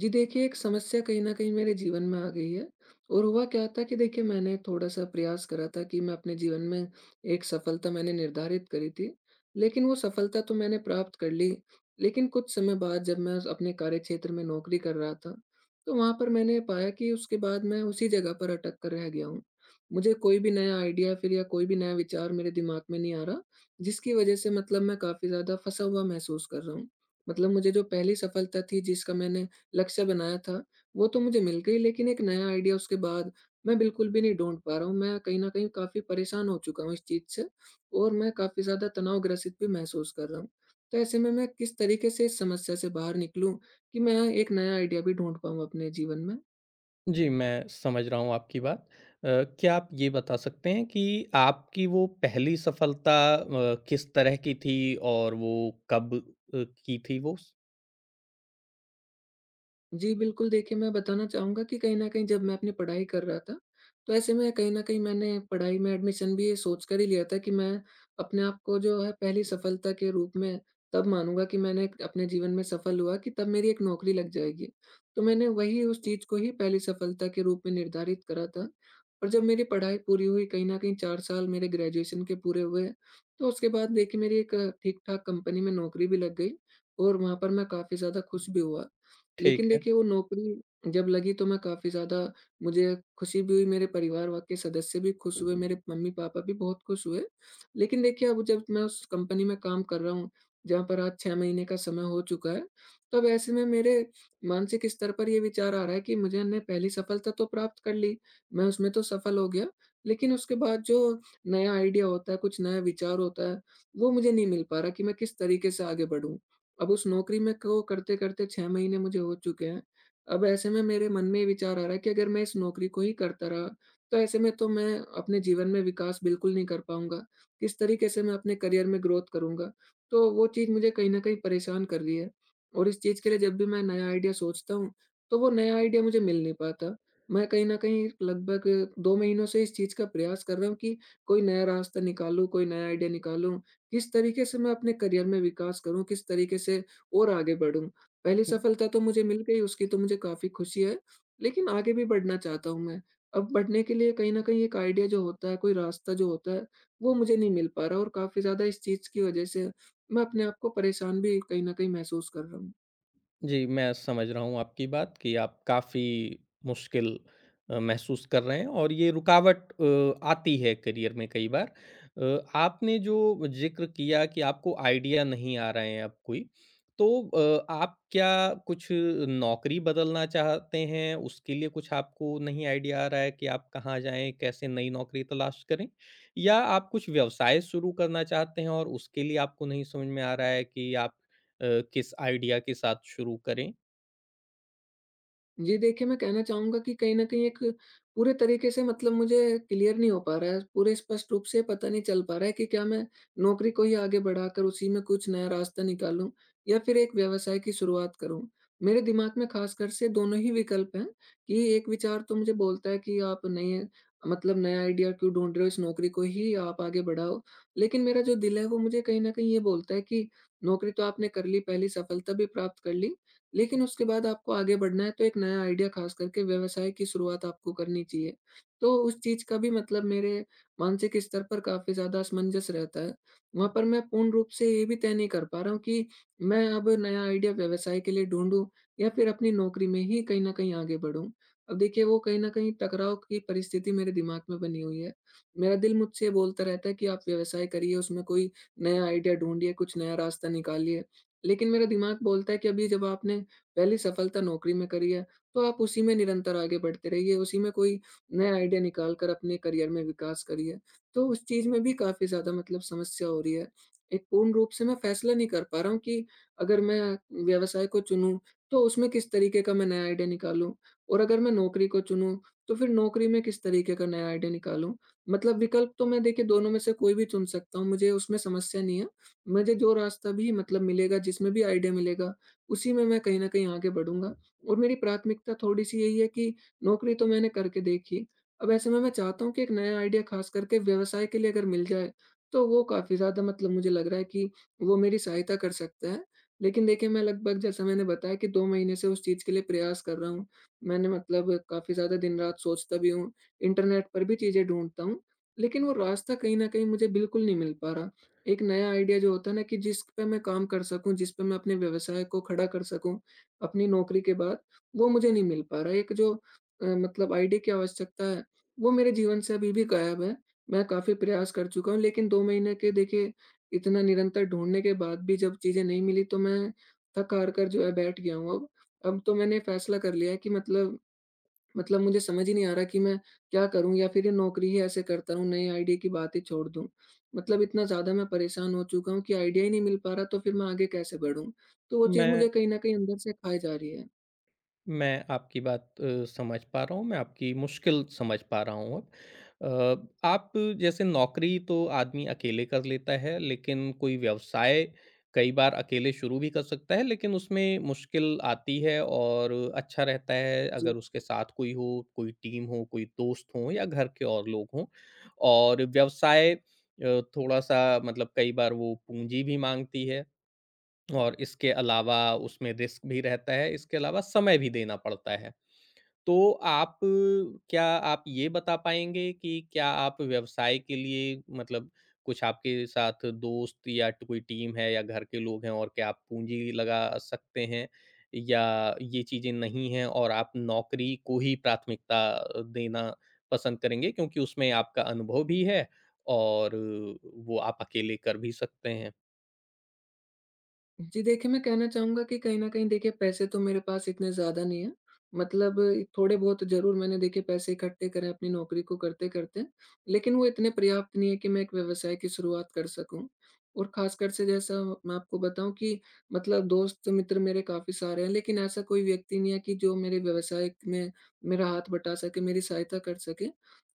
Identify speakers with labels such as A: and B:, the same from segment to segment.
A: जी देखिए, एक समस्या कहीं न कहीं मेरे जीवन में आ गई है और हुआ क्या था कि देखिए मैंने थोड़ा-सा प्रयास करा था कि मैं अपने जीवन में एक सफलता मैंने निर्धारित करी थी। लेकिन वो सफलता तो मैंने प्राप्त कर ली, लेकिन कुछ समय बाद जब मैं अपने कार्यक्षेत्र में नौकरी कर रहा था, तो वहाँ पर मैंने पाया कि उसके बाद मैं उसी जगह पर अटक कर रह गया हूँ। मुझे कोई भी नया आइडिया फिर या कोई भी नया विचार मेरे दिमाग में नहीं आ रहा, जिसकी वज़ह से मतलब मैं काफ़ी ज़्यादा फँसा हुआ महसूस कर रहा हूँ। मतलब मुझे जो पहली सफलता थी जिसका मैंने लक्ष्य बनाया था, वो तो मुझे मिल गई लेकिन एक नया आइडिया उसके बाद मैं बिल्कुल भी नहीं ढूँढ पा रहा हूँ। मैं कहीं न कहीं काफ़ी परेशान हो चुका हूँ इस चीज़ से और मैं काफ़ी ज़्यादा तनावग्रसित भी महसूस कर रहा हूँ। तो ऐसे में मैं किस तरीके से इस समस्या से बाहर निकलूँ कि मैं एक नया आइडिया भी ढूँढ पाऊँ अपने जीवन में?
B: जी, मैं समझ रहा हूँ आपकी बात। अ, क्या आप ये बता सकते हैं कि आपकी वो पहली सफलता किस तरह की थी और वो कब की थी वो?
A: जी, बिल्कुल देखिए, मैं बताना चाहूँगा कि कहीं न कहीं जब मैं अपनी पढ़ाई कर रहा था, तो ऐसे में कहीं न कहीं मैंने पढ़ाई में एडमिशन भी ये सोच कर ही लिया था कि मैं अपने आप को जो है पहली सफलता के रूप में तब मानूँगा कि मैंने अपने जीवन में सफल हुआ कि तब मेरी एक नौकरी लग जाएगी। तो मैंने वही उस चीज़ को ही पहली सफलता के रूप में निर्धारित करा था। और जब मेरी पढ़ाई पूरी हुई, कहीं न कहीं 4 साल मेरे ग्रेजुएशन के पूरे हुए, तो उसके बाद देखिए मेरी एक ठीक-ठाक कंपनी में नौकरी भी लग गई और वहाँ पर मैं काफ़ी ज़्यादा खुश भी हुआ।
B: ठीक
A: लेकिन
B: है।
A: देखिए वो नौकरी जब लगी तो मैं काफ़ी ज़्यादा मुझे खुशी भी हुई, मेरे परिवार व के सदस्य भी खुश हुए, मेरे मम्मी-पापा भी बहुत खुश हुए। लेकिन देखिए अब जब मैं उस कंपनी में काम कर रहा हूँ, जहाँ पर आज 6 महीने का समय हो चुका है, तो अब ऐसे में मेरे मानसिक स्तर पर ये विचार आ रहा है कि मुझे ने पहली सफलता तो प्राप्त कर ली, मैं उसमें तो सफल हो गया, लेकिन उसके बाद जो नया आइडिया होता है, कुछ नया विचार होता है, वो मुझे नहीं मिल पा रहा कि मैं किस तरीके से आगे बढ़ूँ। अब उस नौकरी में को करते-करते 6 महीने मुझे हो चुके हैं। अब ऐसे में मेरे मन में ये विचार आ रहा है कि अगर मैं इस नौकरी को ही करता रहा, तो ऐसे में तो मैं अपने जीवन में विकास बिल्कुल नहीं कर पाऊँगा। किस तरीके से मैं अपने करियर में ग्रोथ करूँगा? तो वो चीज़ मुझे कहीं न कहीं परेशान कर रही है और इस चीज़ के लिए जब भी मैं नया आइडिया सोचता हूँ, तो वो नया आइडिया मुझे मिल नहीं पाता। मैं कहीं न कहीं लगभग 2 महीनों से इस चीज़ का प्रयास कर रहा हूँ कि कोई नया रास्ता निकालूँ, कोई नया आइडिया निकालूँ, किस तरीके से मैं अपने करियर में विकास करूँ, किस तरीके से और आगे बढ़ूँ। पहली
B: हुँ।
A: सफलता तो मुझे मिल गई, उसकी तो मुझे काफ़ी खुशी है, लेकिन आगे भी बढ़ना चाहता हूँ मैं। अब बढ़ने के लिए कहीं न कहीं एक आइडिया जो होता है, कोई रास्ता जो होता है, वो मुझे नहीं मिल पा रहा और काफ़ी ज़्यादा इस चीज़ की वजह से मैं अपने आप को परेशान भी कहीं न कहीं महसूस कर रहा हूँ।
B: जी, मैं समझ रहा हूँ आपकी बात कि आप काफ़ी मुश्किल महसूस कर रहे हैं और ये रुकावट आती है करियर में कई बार। आपने जो ज़िक्र किया कि आपको आइडिया नहीं आ रहे हैं अब कोई, तो आप क्या कुछ नौकरी बदलना चाहते हैं? उसके लिए कुछ आपको नहीं आइडिया आ रहा है कि आप कहाँ जाएँ, कैसे नई नौकरी तलाश करें? या आप कुछ व्यवसाय शुरू करना चाहते हैं और उसके लिए आपको नहीं समझ में आ रहा है कि आप अ, किस आइडिया के साथ शुरू करें।
A: जी, देखिए मैं कहना चाहूँगा कि कहीं न कहीं एक पूरे तरीके से मतलब मुझे क्लियर नहीं हो पा रहा है, पूरे स्पष्ट रूप से पता नहीं चल पा रहा है कि क्या मैं नौकरी को ही आगे बढ़ाकर उसी में कुछ नया रास्ता निकालूँ या फिर एक व्यवसाय की शुरुआत करूँ। मेरे दिमाग में ख़ासकर से दोनों ही विकल्प हैं कि एक विचार तो मुझे बोलता है कि आप नए मतलब नया आइडिया क्यों ढूँढ रहे हो, इस नौकरी को ही आप आगे बढ़ाओ। लेकिन मेरा जो दिल है वो मुझे कहीं न कहीं ये बोलता है कि नौकरी तो आपने कर ली, पहली सफलता भी प्राप्त कर ली, लेकिन उसके बाद आपको आगे बढ़ना है तो एक नया आइडिया खास करके व्यवसाय की शुरुआत आपको करनी चाहिए। तो उस चीज़ का भी मतलब मेरे मानसिक स्तर पर काफ़ी ज़्यादा असमंजस रहता है। वहाँ पर मैं पूर्ण रूप से ये भी तय नहीं कर पा रहा हूँ कि मैं अब नया आइडिया व्यवसाय के लिए ढूँढूँ या फिर अपनी नौकरी में ही कहीं न कहीं आगे बढ़ूँ। अब देखिए वो कहीं न कहीं टकराव की परिस्थिति मेरे दिमाग में बनी हुई है। मेरा दिल मुझसे ये बोलता रहता है कि आप व्यवसाय करिए, उसमें कोई नया आइडिया ढूँढिए, कुछ नया रास्ता निकालिए। लेकिन मेरा दिमाग बोलता है कि अभी जब आपने पहली सफलता नौकरी में करी है, तो आप उसी में निरंतर आगे बढ़ते रहिए, उसी में कोई नया आइडिया निकाल कर अपने करियर में विकास करिए। तो उस चीज़ में भी काफ़ी ज़्यादा मतलब समस्या हो रही है। एक पूर्ण रूप से मैं फैसला नहीं कर पा रहा हूँ कि अगर मैं व्यवसाय को चुनूँ, तो उसमें किस तरीके का मैं नया आइडिया निकालूँ? और अगर मैं नौकरी को चुनूँ, तो फिर नौकरी में किस तरीके का नया आइडिया निकालूँ? मतलब विकल्प तो मैं देखिए दोनों में से कोई भी चुन सकता हूँ, मुझे उसमें समस्या नहीं है। मुझे जो रास्ता भी मतलब मिलेगा, जिसमें भी आइडिया मिलेगा, उसी में मैं कहीं न कहीं आगे बढ़ूँगा और मेरी प्राथमिकता थोड़ी-सी यही है कि नौकरी तो मैंने करके देखी, अब ऐसे में मैं चाहता हूँ कि एक नया आइडिया ख़ास करके व्यवसाय के लिए अगर मिल जाए, तो वो काफ़ी ज़्यादा मतलब मुझे लग रहा है कि वो मेरी सहायता कर सकता है। लेकिन देखिए, मैं लगभग जैसा मैंने बताया कि 2 महीने से उस चीज़ के लिए प्रयास कर रहा हूँ। मैंने मतलब काफ़ी ज़्यादा दिन-रात सोचता भी हूँ, इंटरनेट पर भी चीज़ें ढूँढता हूँ, लेकिन वो रास्ता कहीं न कहीं मुझे बिल्कुल नहीं मिल पा रहा। एक नया आइडिया जो होता है ना कि जिस पे मैं काम कर सकूँ, जिस पे मैं अपने व्यवसाय को खड़ा कर सकूँ, अपनी नौकरी के बाद, वो मुझे नहीं मिल पा रहा है। एक जो मतलब आइडिया की आवश्यकता है, वो मेरे जीवन से अभी भी गायब है। मैं काफ़ी प्रयास कर चुका हूँ, लेकिन 2 महीने के देखिए इतना निरंतर ढूँढने के बाद भी जब चीज़ें नहीं मिली, तो मैं थक हार कर जो है बैठ गया हूँ अब। अब तो मैंने फैसला कर लिया है कि मतलब मुझे समझ ही नहीं आ रहा कि मैं क्या करूँ या फिर ये नौकरी ही ऐसे करता रहूँ, नए आइडिया की बात ही छोड़ दूँ। मतलब इतना ज़्यादा मैं परेशान हो चुका हूँ कि आइडिया ही नहीं मिल पा रहा, तो फिर मैं आगे कैसे बढ़ूँ? तो वो चीज़
B: मैं
A: मुझे कहीं न कहीं अंदर से खाए जा रही है।
B: मैं आपकी बात समझ पा रहा हूँ, मैं आपकी मुश्किल समझ पा रहा हूँ अब। आप जैसे नौकरी तो आदमी अकेले कर लेता है, लेकिन कोई व्यवसाय कई बार अकेले शुरू भी कर सकता है, लेकिन उसमें मुश्किल आती है और अच्छा रहता है
A: जी।
B: अगर उसके साथ कोई हो, कोई टीम हो, कोई दोस्त हो या घर के और लोग हों। और व्यवसाय थोड़ा-सा मतलब कई बार वो पूँजी भी माँगती है। और इसके अलावा उसमें रिस्क भी रहता है, इसके अलावा समय भी देना पड़ता है। तो आप क्या आप ये बता पाएँगे कि क्या आप व्यवसाय के लिए मतलब कुछ आपके साथ दोस्त या ट कोई टीम है या घर के लोग हैं और क्या आप पूँजी लगा सकते हैं? या ये चीज़ें नहीं हैं और आप नौकरी को ही प्राथमिकता देना पसंद करेंगे क्योंकि उसमें आपका अनुभव भी है और वो आप अकेले कर भी सकते हैं?
A: जी, देखिए मैं कहना चाहूँगा कि कहीं न कहीं देखिए पैसे तो मेरे पास इतने ज़्यादा नहीं हैं। मतलब थोड़े बहुत ज़रूर मैंने देखिए पैसे इकट्ठे करे अपनी नौकरी को करते-करते। लेकिन वो इतने पर्याप्त नहीं है कि मैं एक व्यवसाय की शुरुआत कर सकूँ। और ख़ासकर से जैसा मैं आपको बताऊँ कि मतलब दोस्त मित्र मेरे काफ़ी सारे हैं, लेकिन ऐसा कोई व्यक्ति नहीं है कि जो मेरे व्यवसाय में मेरा हाथ बटा सके, मेरी सहायता कर सके।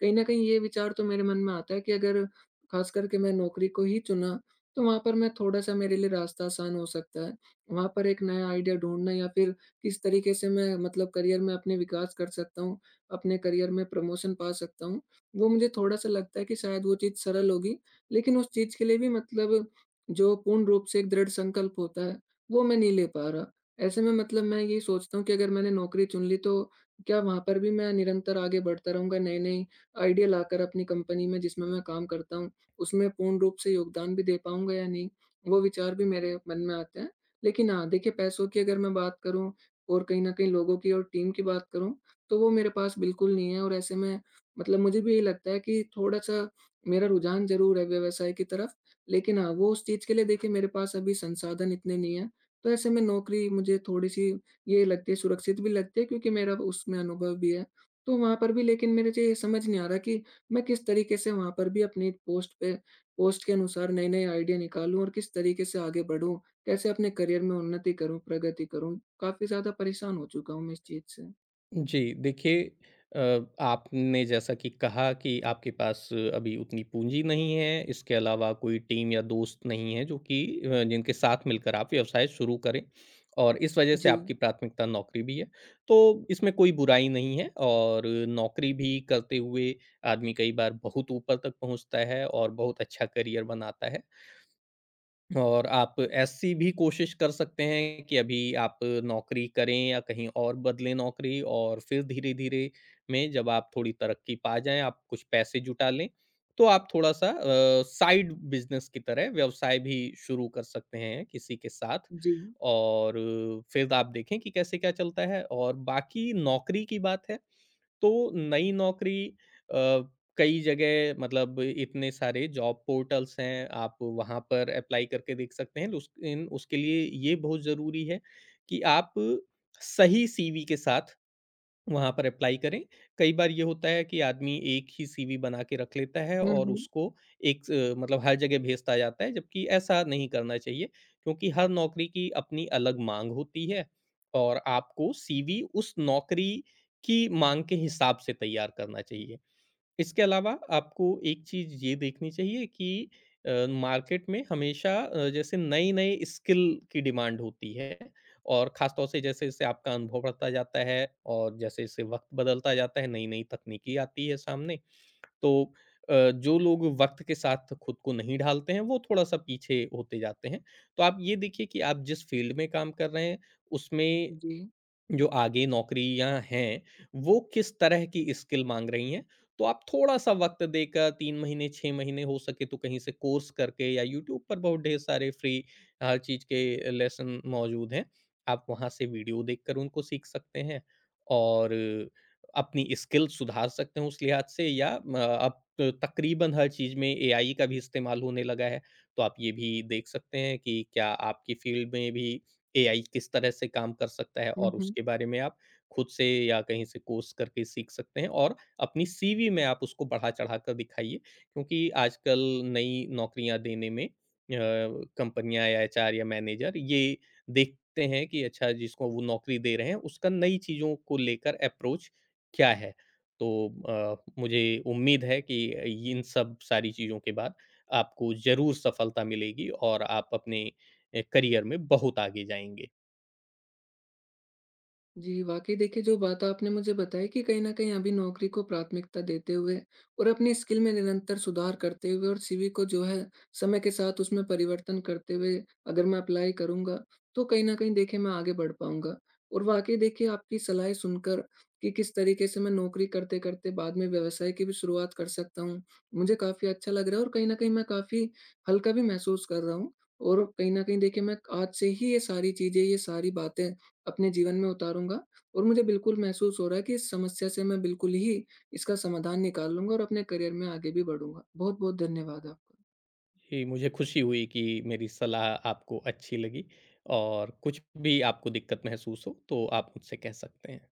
A: कहीं न कहीं ये विचार तो मेरे मन में आता है कि अगर ख़ास करके मैं नौकरी को ही चुना, तो वहाँ पर मैं थोड़ा-सा मेरे लिए रास्ता आसान हो सकता है। वहाँ पर एक नया आइडिया ढूँढना या फिर किस तरीके से मैं मतलब करियर में अपने विकास कर सकता हूँ, अपने करियर में प्रमोशन पा सकता हूँ, वो मुझे थोड़ा-सा लगता है कि शायद वो चीज़ सरल होगी। लेकिन उस चीज़ के लिए भी मतलब जो पूर्ण रूप से एक दृढ़ संकल्प होता है, वो मैं नहीं ले पा रहा। ऐसे में मतलब मैं ये सोचता हूँ कि अगर मैंने नौकरी चुन ली, तो क्या वहाँ पर भी मैं निरंतर आगे बढ़ता रहूँगा, नए-नए आइडिया लाकर अपनी कंपनी में जिसमें मैं काम करता हूँ। उसमें पूर्ण रूप से योगदान भी दे पाऊँगा या नहीं, वो विचार भी मेरे मन में आते हैं। लेकिन हाँ, देखिए पैसों की अगर मैं बात करूँ और कहीं न कहीं लोगों की और टीम की बात करूँ, तो वो मेरे पास बिल्कुल नहीं है और ऐसे में मतलब मुझे भी यही लगता है कि थोड़ा-सा मेरा रुझान ज़रूर है व्यवसाय की तरफ, लेकिन हाँ, वो उस चीज़ के लिए देखिए मेरे पास अभी संसाधन इतने नहीं हैं। तो ऐसे में नौकरी मुझे थोड़ी-सी ये लगती है, सुरक्षित भी लगती है क्योंकि मेरा उसमें अनुभव भी है। तो वहाँ पर भी लेकिन मेरे से ये समझ नहीं आ रहा कि मैं किस तरीके से वहाँ पर भी अपनी पोस्ट पे पोस्ट के अनुसार नए-नए आइडिया निकालूँ और किस तरीके से आगे बढ़ूँ? कैसे अपने करियर में उन्नति करूँ, प्रगति करूँ? काफ़ी ज़्यादा परेशान हो चुका हूँ मैं इस चीज़ से।
B: जी, देखिए अ, आपने जैसा कि कहा कि आपके पास अभी उतनी पूँजी नहीं है, इसके अलावा कोई टीम या दोस्त नहीं है जो कि जिनके साथ मिलकर आप व्यवसाय शुरू करें, और इस वजह से
A: जी,
B: आपकी प्राथमिकता नौकरी भी है। तो इसमें कोई बुराई नहीं है, और नौकरी भी करते हुए आदमी कई बार बहुत ऊपर तक पहुँचता है और बहुत अच्छा करियर बनाता है। और आप ऐसी भी कोशिश कर सकते हैं कि अभी आप नौकरी करें या कहीं और बदलें नौकरी, और फिर धीरे-धीरे में जब आप थोड़ी तरक्की पा जाएँ, आप कुछ पैसे जुटा लें, तो आप थोड़ा-सा साइड बिज़नेस की तरह व्यवसाय भी शुरू कर सकते हैं किसी के साथ।
A: जी।
B: और फिर आप देखें कि कैसे क्या चलता है। और बाकी नौकरी की बात है, तो नई नौकरी अ, कई जगह, मतलब इतने सारे जॉब पोर्टल्स हैं, आप वहाँ पर अप्लाई करके देख सकते हैं। उस इन उसके लिए ये बहुत ज़रूरी है कि आप सही सीवी के साथ वहाँ पर अप्लाई करें। कई बार ये होता है कि आदमी एक ही सीवी बना के रख लेता है
A: हुँ,
B: और
A: हुँ।
B: उसको एक स मतलब हर जगह भेजता जाता है, जबकि ऐसा नहीं करना चाहिए, क्योंकि हर नौकरी की अपनी अलग माँग होती है और आपको सीवी उस नौकरी की माँग के हिसाब से तैयार करना चाहिए। इसके अलावा आपको एक चीज़ ये देखनी चाहिए कि मार्केट में हमेशा जैसे नई-नई स्किल की डिमांड होती है, और ख़ास तौर से जैसे-जैसे आपका अनुभव बढ़ता जाता है और जैसे-जैसे वक़्त बदलता जाता है, नई-नई तकनीकी आती है सामने, तो अ, जो लोग वक़्त के साथ खुद को नहीं ढालते हैं, वो थोड़ा-सा पीछे होते जाते हैं। तो आप ये देखिए कि आप जिस फ़ील्ड में काम कर रहे हैं, उसमें
A: जी।
B: जो आगे नौकरियाँ हैं, वो किस तरह की स्किल माँग रही हैं। तो आप थोड़ा-सा वक़्त देकर 3 महीने, 6 महीने हो सके तो कहीं से कोर्स करके या यूट्यूब पर बहुत ढेर सारे फ्री हर चीज़ के लेसन मौजूद हैं। आप वहाँ से वीडियो देखकर उनको सीख सकते हैं और अपनी स्किल सुधार सकते हैं उस लिहाज से। या म अब तो तकरीबन हर चीज़ में एआई का भी इस्तेमाल होने लगा है। तो आप ये भी देख सकते हैं कि क्या आपकी फ़ील्ड में भी एआई किस तरह से काम कर सकता है,
A: हुँ,
B: और
A: हुँ।
B: उसके बारे में आप खुद से या कहीं से कोर्स करके सीख सकते हैं, और अपनी सीवी में आप उसको बढ़ा-चढ़ा कर दिखाइए, क्योंकि आजकल नई नौकरियाँ देने में कंपनियाँ या एचआर या मैनेजर ये देखते हैं कि अच्छा, जिसको वो नौकरी दे रहे हैं, उसका नई चीज़ों को लेकर अप्रोच क्या है? तो मुझे उम्मीद है कि इन सब सारी चीज़ों के बाद आपको ज़रूर सफलता मिलेगी और आप अपने करियर में बहुत आगे जाएँगे।
A: जी, वाक़ई देखिए जो बात आपने मुझे बताई कि कहीं न कहीं अभी नौकरी को प्राथमिकता देते हुए और अपनी स्किल में निरंतर सुधार करते हुए और सीवी को जो है समय के साथ उसमें परिवर्तन करते हुए अगर मैं अप्लाई करूँगा, तो कहीं न कहीं देखिए मैं आगे बढ़ पाऊँगा। और वाक़ई देखिए आपकी सलाहें सुनकर कि किस तरीके से मैं नौकरी करते-करते बाद में व्यवसाय की भी शुरुआत कर सकता हूँ, मुझे काफ़ी अच्छा लग रहा है और कहीं न कहीं मैं काफ़ी हल्का भी महसूस कर रहा हूँ। और कहीं न कहीं देखिए मैं आज से ही ये सारी चीज़ें, ये सारी बातें अपने जीवन में उतारूँगा और मुझे बिल्कुल महसूस हो रहा है कि इस समस्या से मैं बिल्कुल ही इसका समाधान निकाल लूँगा और अपने करियर में आगे भी बढ़ूँगा। बहुत-बहुत धन्यवाद आपका।
B: जी, मुझे खुशी हुई कि मेरी सलाह आपको अच्छी लगी, और कुछ भी आपको दिक्कत महसूस हो तो आप मुझसे कह सकते हैं।